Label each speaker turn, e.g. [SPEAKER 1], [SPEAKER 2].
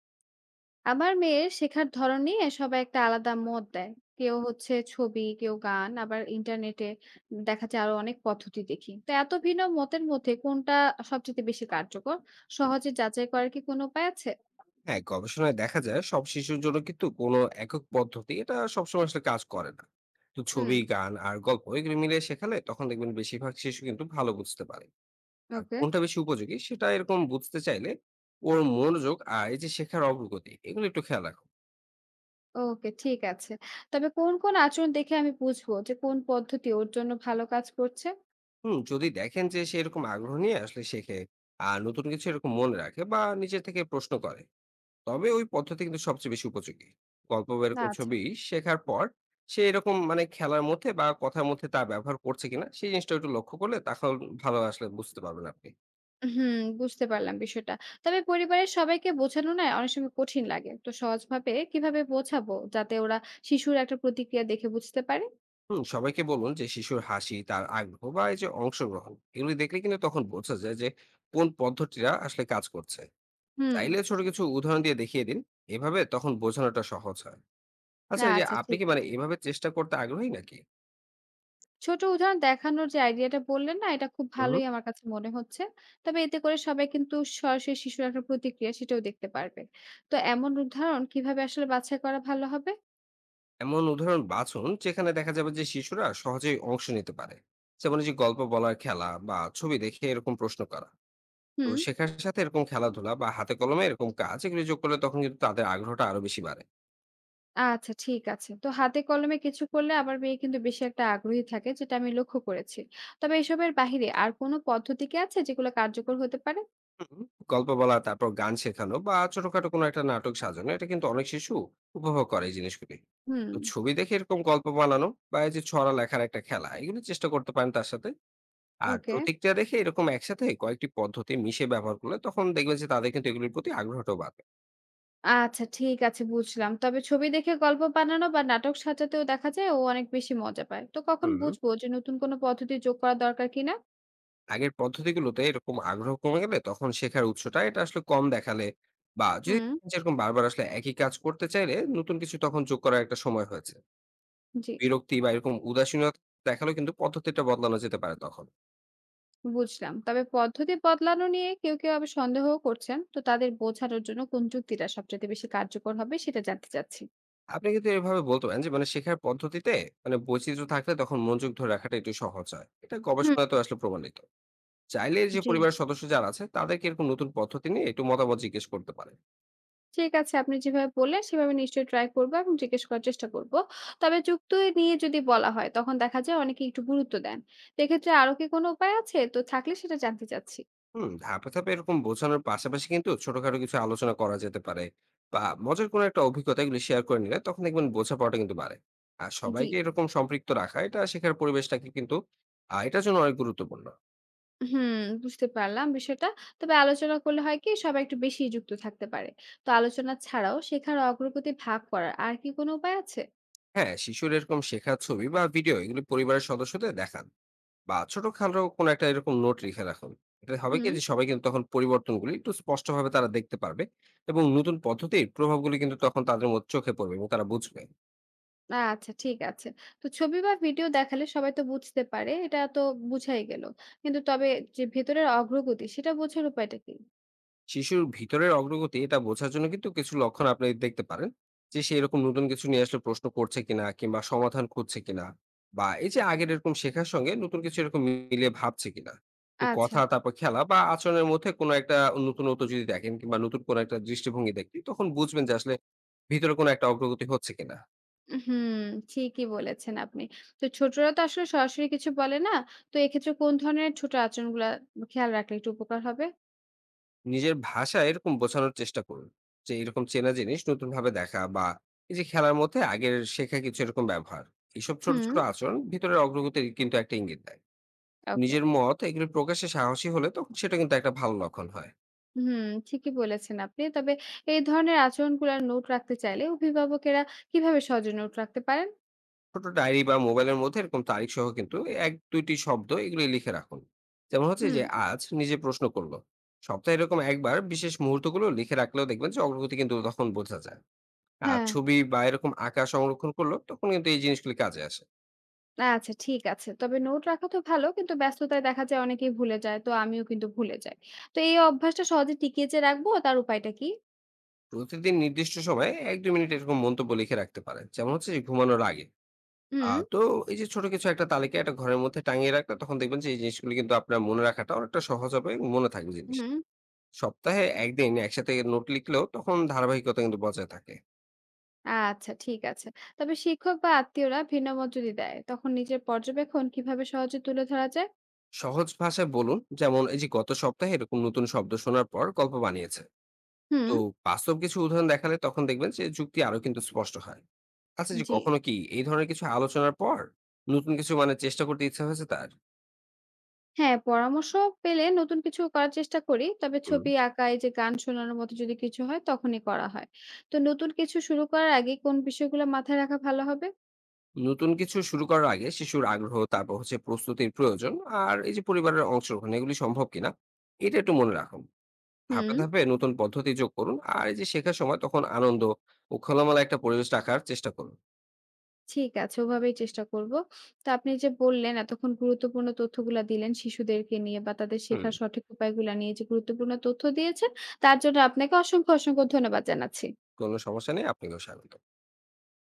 [SPEAKER 1] আমার মেয়ের শেখার ধরন নিয়ে সবাই একটা আলাদা মত দেয়। কেউ হচ্ছে ছবি কেউ গান আবার ইন্টারনেটে দেখা যায় আরো অনেক পদ্ধতি দেখি তো এত ভিন্ন মতের মধ্যে কোনটা সবচেয়ে বেশি কার্যকর সহজে যাচাই করার কি কোনো উপায় আছে?
[SPEAKER 2] হ্যাঁ, গবেষণায় দেখা যায় সব শিশুর জন্য কিন্তু কোনো একক পদ্ধতি এটা সবসময় আসলে কাজ করে না। তো
[SPEAKER 1] হুম।
[SPEAKER 2] ছবি, গান আর গল্প এগুলো মিলে শেখালে তখন দেখবেন বেশিরভাগ শিশু কিন্তু ভালো বুঝতে পারে। আর
[SPEAKER 1] ওকে।
[SPEAKER 2] কোনটা বেশি উপযোগী সেটা এরকম বুঝতে চাইলে ওর মনোযোগ আর এই যে শেখার অগ্রগতি এগুলো একটু খেয়াল রাখুন।
[SPEAKER 1] ওকে ঠিক আছে। তবে কোন কোন আচরণ দেখে আমি বুঝবো যে কোন পদ্ধতি ওর জন্য ভালো কাজ করছে?
[SPEAKER 2] যদি দেখেন যে সে এরকম আগ্রহ নিয়ে আসলে শেখে আর নতুন কিছু এরকম মনে রাখে বা নিজে থেকে প্রশ্ন করে, তবে ওই পদ্ধতি কিন্তু সবচেয়ে বেশি উপযোগী। গল্প বা এরকম
[SPEAKER 1] না।
[SPEAKER 2] ছবি শেখার পর সে এরকম খেলার মধ্যে বা কথার মধ্যে তা ব্যবহার করছে কিনা সেই জিনিসটা একটু লক্ষ্য করলে তখন ভালো আসলে বুঝতে পারবেন আপনি।
[SPEAKER 1] হুম, বুঝতে পারলাম বিষয়টা। তবে পরিবারের সবাইকে বোঝানো না অনেক সময় কঠিন লাগে। তো সহজভাবে কিভাবে বোঝাবো যাতে ওরা শিশুর একটা প্রতিক্রিয়া দেখে বুঝতে পারে?
[SPEAKER 2] হুম, সবাইকে বলুন যে শিশুর হাসি, তার আগ্রহ বা এই যে অংশগ্রহণ এগুলি দেখলে কিন্তু তখন বোঝা যায় যে কোন পদ্ধতিটা আসলে কাজ করছে।
[SPEAKER 1] হুম,
[SPEAKER 2] চাইলে ছোট কিছু উদাহরণ দিয়ে দেখিয়ে দিন। এভাবে তখন বোঝানোটা সহজ হয়।
[SPEAKER 1] না
[SPEAKER 2] আচ্ছা, এই যে
[SPEAKER 1] আচ্ছা
[SPEAKER 2] আপনি
[SPEAKER 1] ঠিক
[SPEAKER 2] কি
[SPEAKER 1] আছে।
[SPEAKER 2] এভাবে চেষ্টা করতে আগ্রহী নাকি?
[SPEAKER 1] ছোট উদাহরণ দেখানোর যে আইডিয়াটা বললেন না এটা খুব
[SPEAKER 2] হুম।
[SPEAKER 1] ভালোই আমার কাছে মনে হচ্ছে। তবে এতে করে সবাই কিন্তু সরাসরি শিশুর একটা প্রতিক্রিয়া সেটাও দেখতে পারবে। তো এমন উদাহরণ কিভাবে আসলে বাছাই করা ভালো হবে?
[SPEAKER 2] এমন উদাহরণ বাছুন যেখানে দেখা যাবে যে শিশুরা সহজেই অংশ নিতে পারে, যেমন এই যে গল্প বলার খেলা বা ছবি দেখে এরকম প্রশ্ন করা। তো
[SPEAKER 1] হুম।
[SPEAKER 2] শেখার সাথে এরকম খেলাধুলা বা হাতে কলমে এরকম কাজ এগুলো যোগ করলে তখন কিন্তু তাদের আগ্রহটা আরো বেশি বাড়ে।
[SPEAKER 1] আচ্ছা ঠিক আছে। তো হাতে কলমে কিছু করলে আমার মেয়ে কিন্তু বেশি একটা আগ্রহী থাকে যেটা আমি লক্ষ্য করেছি। তবে এসবের বাহিরে আর কোনো পদ্ধতি কি আছে যেগুলো কার্যকর হতে পারে?
[SPEAKER 2] হুম, গল্প বলা, তারপর গান শেখানো বা ছোটখাটো কোনো একটা নাটক সাজানো এটা কিন্তু অনেক শিশু উপভোগ করে এই জিনিসগুলি।
[SPEAKER 1] হুম,
[SPEAKER 2] তো ছবি দেখে এরকম গল্প বানানো বা এই যে ছড়া লেখার একটা খেলা, এগুলো চেষ্টা করতে পারেন তার সাথে। আর
[SPEAKER 1] ওকে।
[SPEAKER 2] প্রতিক্রিয়া দেখে এরকম একসাথে কয়েকটি পদ্ধতি মিশে ব্যবহার করলে তখন দেখবেন যে তাদের কিন্তু এগুলির প্রতি আগ্রহটাও বাড়বে।
[SPEAKER 1] আচ্ছা ঠিক আছে বুঝলাম। তবে ছবি দেখে গল্প বানানো বা নাটক সাজাতেও দেখা যায় ও অনেক বেশি মজা পায়। তো কখন
[SPEAKER 2] হুম।
[SPEAKER 1] বুঝবো যে নতুন কোনো পদ্ধতি যোগ করা দরকার কিনা?
[SPEAKER 2] আগের পদ্ধতিগুলোতে এরকম আগ্রহ কমে গেলে তখন শেখার উৎসটা এটা আসলে কম দেখালে বা যদি
[SPEAKER 1] হুম,
[SPEAKER 2] যেরকম বারবার আসলে একই কাজ করতে চাইলে, নতুন কিছু তখন যোগ করার একটা সময় হয়েছে।
[SPEAKER 1] জি
[SPEAKER 2] বিরক্তি বা এরকম উদাসীনতা দেখালেও কিন্তু পদ্ধতিটা বদলানো যেতে পারে তখন।
[SPEAKER 1] বুঝলাম। তবে পদ্ধতি বদলানো নিয়ে কেউ কেউ আবার সন্দেহও করছেন। তো তাদের বোঝানোর জন্য কোন যুক্তিটা সবচাইতে বেশি কার্যকর হবে সেটা জানতে চাচ্ছি।
[SPEAKER 2] আপনি কিন্তু এভাবে বলতে পারেন যে শেখার পদ্ধতিতে বৈচিত্র্য থাকলে তখন মনোযোগ ধরে রাখাটা একটু সহজ হয়। এটা
[SPEAKER 1] হুম।
[SPEAKER 2] গবেষণাতেও আসলে প্রমাণিত। চাইলে যে
[SPEAKER 1] জি।
[SPEAKER 2] পরিবারের সদস্য যারা আছে তাদেরকে এরকম নতুন পদ্ধতি নিয়ে একটু মতামত জিজ্ঞেস করতে পারেন।
[SPEAKER 1] ঠিক আছে। আপনি যেভাবে বললেন সেভাবে নিশ্চয়ই ট্রাই করব এবং জিজ্ঞেস করার চেষ্টা করব। তবে যুক্তি নিয়ে যদি বলা হয় তখন দেখা যায় অনেকে একটু গুরুত্ব দেন। তো এক্ষেত্রে আরো কি কোনো উপায় আছে? তো থাকলে সেটা জানতে চাচ্ছি।
[SPEAKER 2] ধাপে ধাপে এরকম বোঝানোর পাশাপাশি কিন্তু ছোটখাটো কিছু আলোচনা করা যেতে পারে, বা মজার কোনো একটা অভিজ্ঞতা এগুলো শেয়ার করে নিলে তখন দেখবেন বোঝাপড়াটা কিন্তু বাড়ে। আর
[SPEAKER 1] জি।
[SPEAKER 2] সবাইকে এরকম সম্পৃক্ত রাখা এটা শেখার পরিবেশটাকে কিন্তু এটার জন্য অনেক গুরুত্বপূর্ণ।
[SPEAKER 1] হুম, বুঝতে পারলাম বিষয়টা। তবে আলোচনা করলে হয় কি সবাই একটু বেশি যুক্ত থাকতে পারে। তো আলোচনা ছাড়াও শেখার অগ্রগতি ভাগ করার আর কি কোনো উপায় আছে?
[SPEAKER 2] হ্যাঁ, শিশুর এরকম শেখার ছবি বা ভিডিও এগুলো পরিবারের সদস্যদের দেখান, বা ছোটখাটো কোনো একটা এরকম নোট লিখে রাখুন। এটা হবে কি
[SPEAKER 1] হুম,
[SPEAKER 2] যে সবাই কিন্তু তখন পরিবর্তনগুলি একটু স্পষ্টভাবে তারা দেখতে পারবে, এবং নতুন পদ্ধতির প্রভাবগুলি কিন্তু তখন তাদের মধ্যে চোখে পড়বে এবং তারা বুঝবে।
[SPEAKER 1] আচ্ছা ঠিক আছে। তো ছবি বা ভিডিও দেখালে সবাই তো বুঝতে পারে। এটা তো বুঝাই গেল। কিন্তু তবে যে ভেতরের অগ্রগতি সেটা বোঝার উপায়টা কি?
[SPEAKER 2] শিশুর ভিতরের অগ্রগতি এটা বোঝার জন্য কিন্তু কিছু লক্ষণ আপনি দেখতে পারেন। যে সে এরকম নতুন কিছু নিয়ে আসলে প্রশ্ন করছে কিনা, কিংবা সমাধান খুঁজছে কিনা, বা এই যে আগের এরকম শেখার সঙ্গে নতুন কিছু এরকম মিলিয়ে ভাবছে কিনা। তো
[SPEAKER 1] আচ্ছা।
[SPEAKER 2] কথা, তারপর খেলা বা আচরণের মধ্যে কোনো একটা নতুনত্ব যদি দেখেন, কিংবা নতুন কোনো একটা দৃষ্টিভঙ্গি দেখেন, তখন বুঝবেন যে আসলে ভিতরে কোনো একটা অগ্রগতি হচ্ছে কিনা।
[SPEAKER 1] হুম, ঠিকই বলেছেন আপনি। তো ছোটরা তো আসলে সরাসরি কিছু বলে না। তো এক্ষেত্রে কোন ধরনের ছোট আচরণগুলা খেয়াল রাখলে একটু উপকার হবে?
[SPEAKER 2] নিজের ভাষায় এরকম বোঝানোর চেষ্টা করুন, যে এরকম চেনা জিনিস নতুন ভাবে দেখা বা এই যে খেলার মধ্যে আগের শেখা কিছু এরকম ব্যবহার, এইসব ছোট
[SPEAKER 1] হুম,
[SPEAKER 2] ছোট আচরণ ভিতরের অগ্রগতির কিন্তু একটা ইঙ্গিত দেয়।
[SPEAKER 1] ওকে।
[SPEAKER 2] নিজের মত এগুলো প্রকাশে সাহসী হলে তখন সেটা কিন্তু একটা ভালো লক্ষণ হয়।
[SPEAKER 1] হুম, ঠিকই বলেছেন আপনি। তবে এই ধরনের আচরণগুলার নোট রাখতে চাইলে অভিভাবকেরা কিভাবে সহজে নোট রাখতে পারেন?
[SPEAKER 2] ছোট ডায়েরি বা মোবাইলের মধ্যে এরকম তারিখ সহ কিন্তু এক দুইটি শব্দ এগুলি লিখে রাখুন। যেমন হচ্ছে
[SPEAKER 1] হুম,
[SPEAKER 2] যে, আজ নিজে প্রশ্ন করলো। সপ্তাহে এরকম একবার বিশেষ মুহূর্তগুলো লিখে রাখলেও দেখবেন যে অগ্রগতি কিন্তু তখন বোঝা যায়। আর
[SPEAKER 1] হ্যাঁ।
[SPEAKER 2] ছবি বা এরকম আঁকা সংরক্ষণ করলো তখন কিন্তু এই জিনিসগুলি কাজে আসে।
[SPEAKER 1] আচ্ছা ঠিক আছে। তবে নোট রাখা তো ভালো কিন্তু ব্যস্ততায় দেখা যায় অনেকেই ভুলে যায়। তো আমিও কিন্তু ভুলে যাই। তো এই অভ্যাসটা সহজে টিকিয়ে যে রাখবো তার উপায়টা কি?
[SPEAKER 2] প্রতিদিন নির্দিষ্ট সময়ে ১-২ মিনিট এরকম মন্তব্য লিখে রাখতে পারেন। যেমন হচ্ছে যে, ঘুমানোর আগে। আ
[SPEAKER 1] হুম,
[SPEAKER 2] তো এই যে ছোট কিছু একটা তালিকা এটা ঘরের মধ্যে টাঙিয়ে রাখলে তখন দেখবেন যে এই জিনিসগুলো কিন্তু আপনার মনে রাখাটা অনেকটা সহজ হবে, মনে থাকবে জিনিস।
[SPEAKER 1] হুম।
[SPEAKER 2] সপ্তাহে ১ দিন একসাথে নোট লিখলেও তখন ধারাবাহিকতা কিন্তু বজায় থাকে।
[SPEAKER 1] আচ্ছা ঠিক আছে। তবে শিক্ষক বা আত্মীয়রা ভিন্ন মত যদি দেয়, তখন নিজের পর্যবেক্ষণ কিভাবে সহজে তুলে ধরা যায়?
[SPEAKER 2] সহজ ভাষায় বলুন, যেমন এই যে গত সপ্তাহে এরকম নতুন শব্দ শোনার পর গল্প বানিয়েছে।
[SPEAKER 1] হুম
[SPEAKER 2] তো বাস্তব কিছু উদাহরণ দেখালে তখন দেখবেন যে যুক্তি আরো কিন্তু স্পষ্ট হয়। আচ্ছা, যে
[SPEAKER 1] জি।
[SPEAKER 2] কখনো কি এই ধরনের কিছু আলোচনার পর নতুন কিছু চেষ্টা করতে ইচ্ছা হয়েছে তার?
[SPEAKER 1] হ্যাঁ, পরামর্শ পেলে নতুন কিছু করার চেষ্টা করি। তবে
[SPEAKER 2] হুম।
[SPEAKER 1] ছবি আঁকা, এই যে গান শোনানোর মতো যদি কিছু হয় তখনই করা হয়। তো নতুন কিছু শুরু করার আগে কোন বিষয়গুলো মাথায় রাখা ভালো হবে?
[SPEAKER 2] নতুন কিছু শুরু করার আগে শিশুর আগ্রহ, তারপর হচ্ছে প্রস্তুতির প্রয়োজন, আর এই যে পরিবারের অংশগ্রহণ এগুলি সম্ভব কিনা, এটা একটু মনে রাখুন। ধাপে
[SPEAKER 1] হুম
[SPEAKER 2] ধাপে নতুন পদ্ধতি যোগ করুন, আর এই যে শেখার সময় তখন আনন্দ ও খোলামেলা একটা পরিবেশ রাখার চেষ্টা করুন।
[SPEAKER 1] ঠিক আছে, ওভাবেই চেষ্টা করব। তো আপনি যে বললেন এতক্ষণ গুরুত্বপূর্ণ তথ্যগুলা দিলেন শিশুদেরকে নিয়ে বা তাদের
[SPEAKER 2] হুম।
[SPEAKER 1] শেখার সঠিক উপায়গুলা নিয়ে যে গুরুত্বপূর্ণ তথ্য দিয়েছেন, তার জন্য আপনাকে অসংখ্য, অসংখ্য ধন্যবাদ জানাচ্ছি।
[SPEAKER 2] কোনো সমস্যা নেই, আপনাকেও স্বাগত।